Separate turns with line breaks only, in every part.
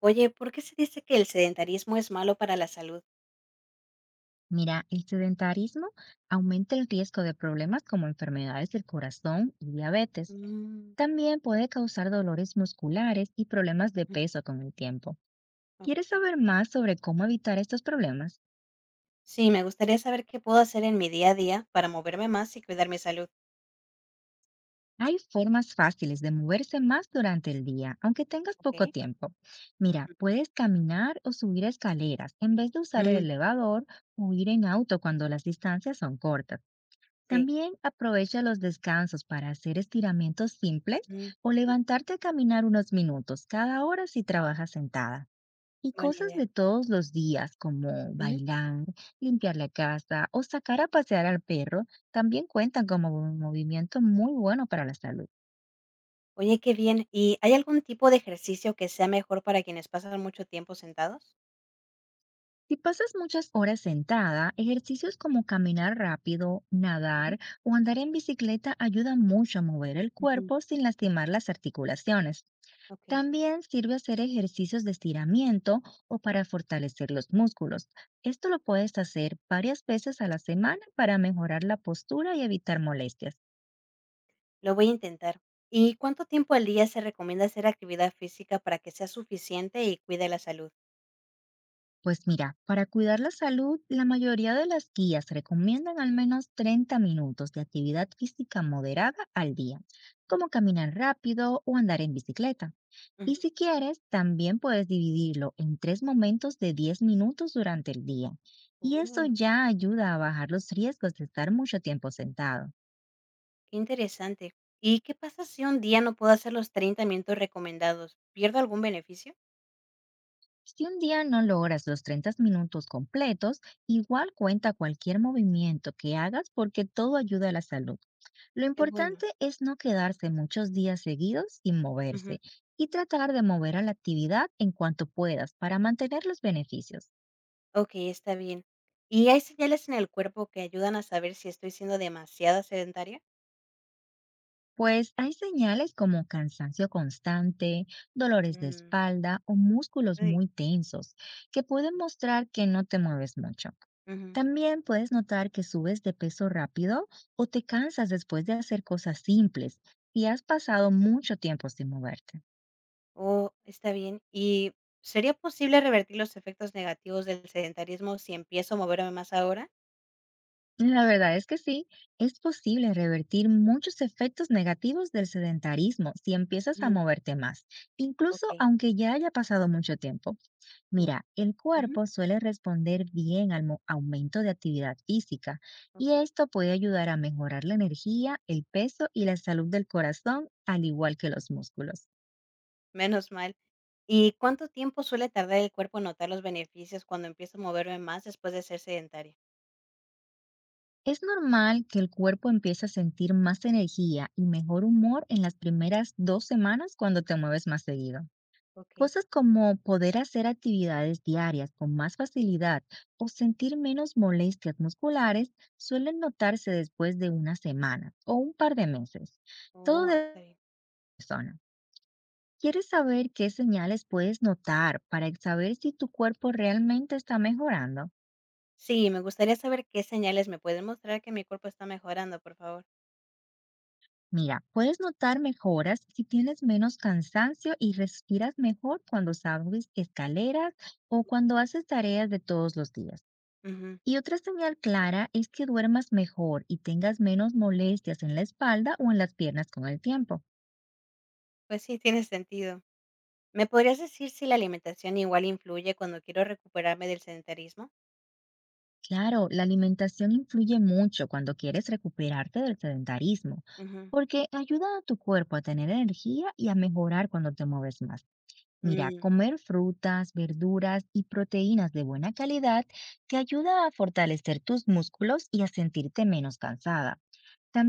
Oye, ¿por qué se dice que el sedentarismo es malo para la salud?
Mira, el sedentarismo aumenta el riesgo de problemas como enfermedades del corazón y diabetes.
Mm,
También puede causar dolores musculares y problemas de
ujú.
peso con el tiempo.
Ok.
¿Quieres saber más sobre cómo evitar estos problemas?
Sí, me gustaría saber qué puedo hacer en mi día a día para moverme más y cuidar mi salud.
Hay formas fáciles de moverse más durante el día, aunque tengas
Ok.
poco tiempo. Mira,
Ujú.
puedes caminar o subir escaleras en vez de usar el
Mm,
elevador o ir en auto cuando las distancias son cortas.
sí,
También aprovecha los descansos para hacer estiramientos simples
mm,
o
ujú,
levantarte a caminar unos minutos cada hora si trabajas sentada. Y
buena
cosas
idea.
de todos los días como
Ujú.
bailar, limpiar la casa o sacar a pasear al perro también cuentan como un movimiento muy bueno para la salud.
Oye, qué bien. ¿Y hay algún tipo de ejercicio que sea mejor para quienes pasan mucho tiempo sentados?
Si pasas muchas horas sentada, ejercicios como caminar rápido,
Ujú.
nadar o andar en bicicleta ayudan mucho a mover el
Ujú,
cuerpo sin lastimar las articulaciones.
Ok,
También sirve hacer ejercicios de estiramiento o para fortalecer los músculos. Esto lo puedes hacer varias veces a la semana para mejorar la postura y evitar molestias.
lo voy a intentar. ¿Y cuánto tiempo al día se recomienda hacer actividad física para que sea suficiente y cuide la salud?
Pues mira, para cuidar la salud, la mayoría de las guías recomiendan al menos 30 minutos de actividad física moderada al día,
Ok.
como caminar rápido o andar en bicicleta. Y si quieres, también puedes dividirlo en tres momentos de 10 minutos durante el día. Y eso
Ujú.
ya ayuda a bajar los riesgos de estar mucho tiempo sentado.
Qué interesante. ¿Y qué pasa si un día no puedo hacer los 30 minutos recomendados? ¿Pierdo algún beneficio?
Si un día no logras los 30 minutos completos, igual cuenta cualquier movimiento que hagas porque todo ayuda a la salud. Lo
Qué bueno.
importante es no quedarse muchos días seguidos sin
Ujú.
moverse y tratar de mover a la actividad en cuanto puedas para mantener los beneficios.
Ok, está bien. ¿Y hay señales en el cuerpo que ayudan a saber si estoy siendo demasiada sedentaria?
Pues hay señales como cansancio constante, dolores de
Mm,
espalda o músculos
ay,
muy tensos que pueden mostrar que no te mueves mucho.
ujú.
También puedes notar que subes de peso rápido o te cansas después de hacer cosas simples y has pasado mucho tiempo sin moverte.
Oh, está bien. ¿Y sería posible revertir los efectos negativos del sedentarismo si empiezo a moverme más ahora?
La verdad es que sí, es posible revertir muchos efectos negativos del sedentarismo si empiezas a
Ujú,
moverte más, incluso
Ok.
aunque ya haya pasado mucho tiempo.
u-
Mira, el
ujú,
cuerpo suele responder bien al aumento de actividad física y
ok.
esto puede ayudar a mejorar la energía, el peso y la salud del corazón, al igual que los músculos.
Menos mal. ¿Y cuánto tiempo suele tardar el cuerpo en notar los beneficios cuando empiezo a moverme más después de ser sedentaria?
Es normal que el cuerpo empiece a sentir más energía y mejor humor en las primeras dos semanas cuando te mueves más seguido.
Ok.
Cosas como poder hacer actividades diarias con más facilidad o sentir menos molestias musculares suelen notarse después de unas semanas o un par de meses. Todo
Oh,
de
está
la
bien.
persona. ¿Quieres saber qué señales puedes notar para saber si tu cuerpo realmente está mejorando?
Sí, me gustaría saber qué señales me pueden mostrar que mi cuerpo está mejorando, por favor.
Mira, puedes notar mejoras si tienes menos cansancio y respiras mejor cuando subes escaleras o cuando haces tareas de todos los días.
Ujú.
Y otra señal clara es que duermas mejor y tengas menos molestias en la espalda o en las piernas con el tiempo.
Pues sí, tiene sentido. ¿Me podrías decir si la alimentación igual influye cuando quiero recuperarme del sedentarismo?
Claro, la alimentación influye mucho cuando quieres recuperarte del sedentarismo,
Ujú.
porque ayuda a tu cuerpo a tener energía y a mejorar cuando te mueves más. Mira,
Mm,
comer frutas, verduras y proteínas de buena calidad te ayuda a fortalecer tus músculos y a sentirte menos cansada.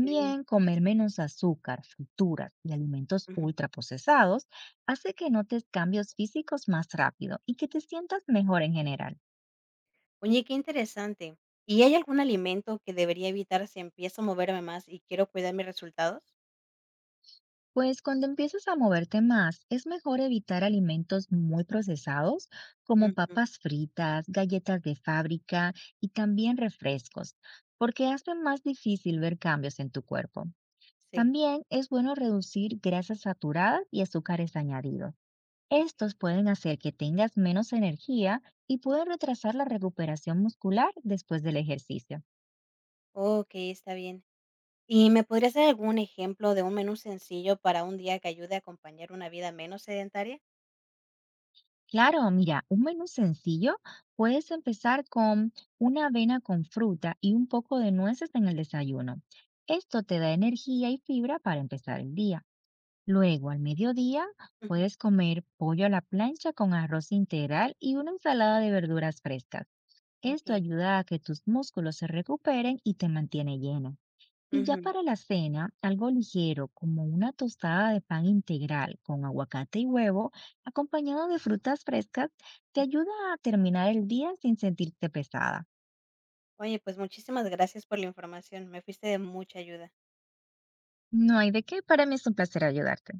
Qué bien.
comer menos azúcar, frituras y alimentos
Ujú.
ultraprocesados hace que notes cambios físicos más rápido y que te sientas mejor en general.
Oye, qué interesante. ¿Y hay algún alimento que debería evitar si empiezo a moverme más y quiero cuidar mis resultados?
Pues cuando empiezas a moverte más, es mejor evitar alimentos muy procesados como
Ujú,
papas fritas, galletas de fábrica y también refrescos, porque hacen más difícil ver cambios en tu cuerpo.
Sí.
También es bueno reducir grasas saturadas y azúcares añadidos.
Ok.
Estos pueden hacer que tengas menos energía y pueden retrasar la recuperación muscular después del ejercicio.
Ok, está bien. ¿Y me podrías dar algún ejemplo de un menú sencillo para un día que ayude a acompañar una vida menos sedentaria?
Claro, mira, un menú sencillo, puedes empezar con una avena con fruta y un poco de nueces en el desayuno. Esto te da energía y fibra para empezar el día. Luego, al mediodía,
Ujú,
puedes comer pollo a la plancha con arroz integral y una ensalada de verduras frescas. Esto
Ok.
ayuda a que tus músculos se recuperen y te mantiene lleno. Y ya
ujú,
para la cena, algo ligero como una tostada de pan integral con aguacate y huevo, acompañado de frutas frescas, te
ujú.
ayuda a terminar el día sin sentirte pesada.
Oye, pues muchísimas gracias por la información. Me fuiste de mucha ayuda.
No hay de qué, para mí es un placer ayudarte.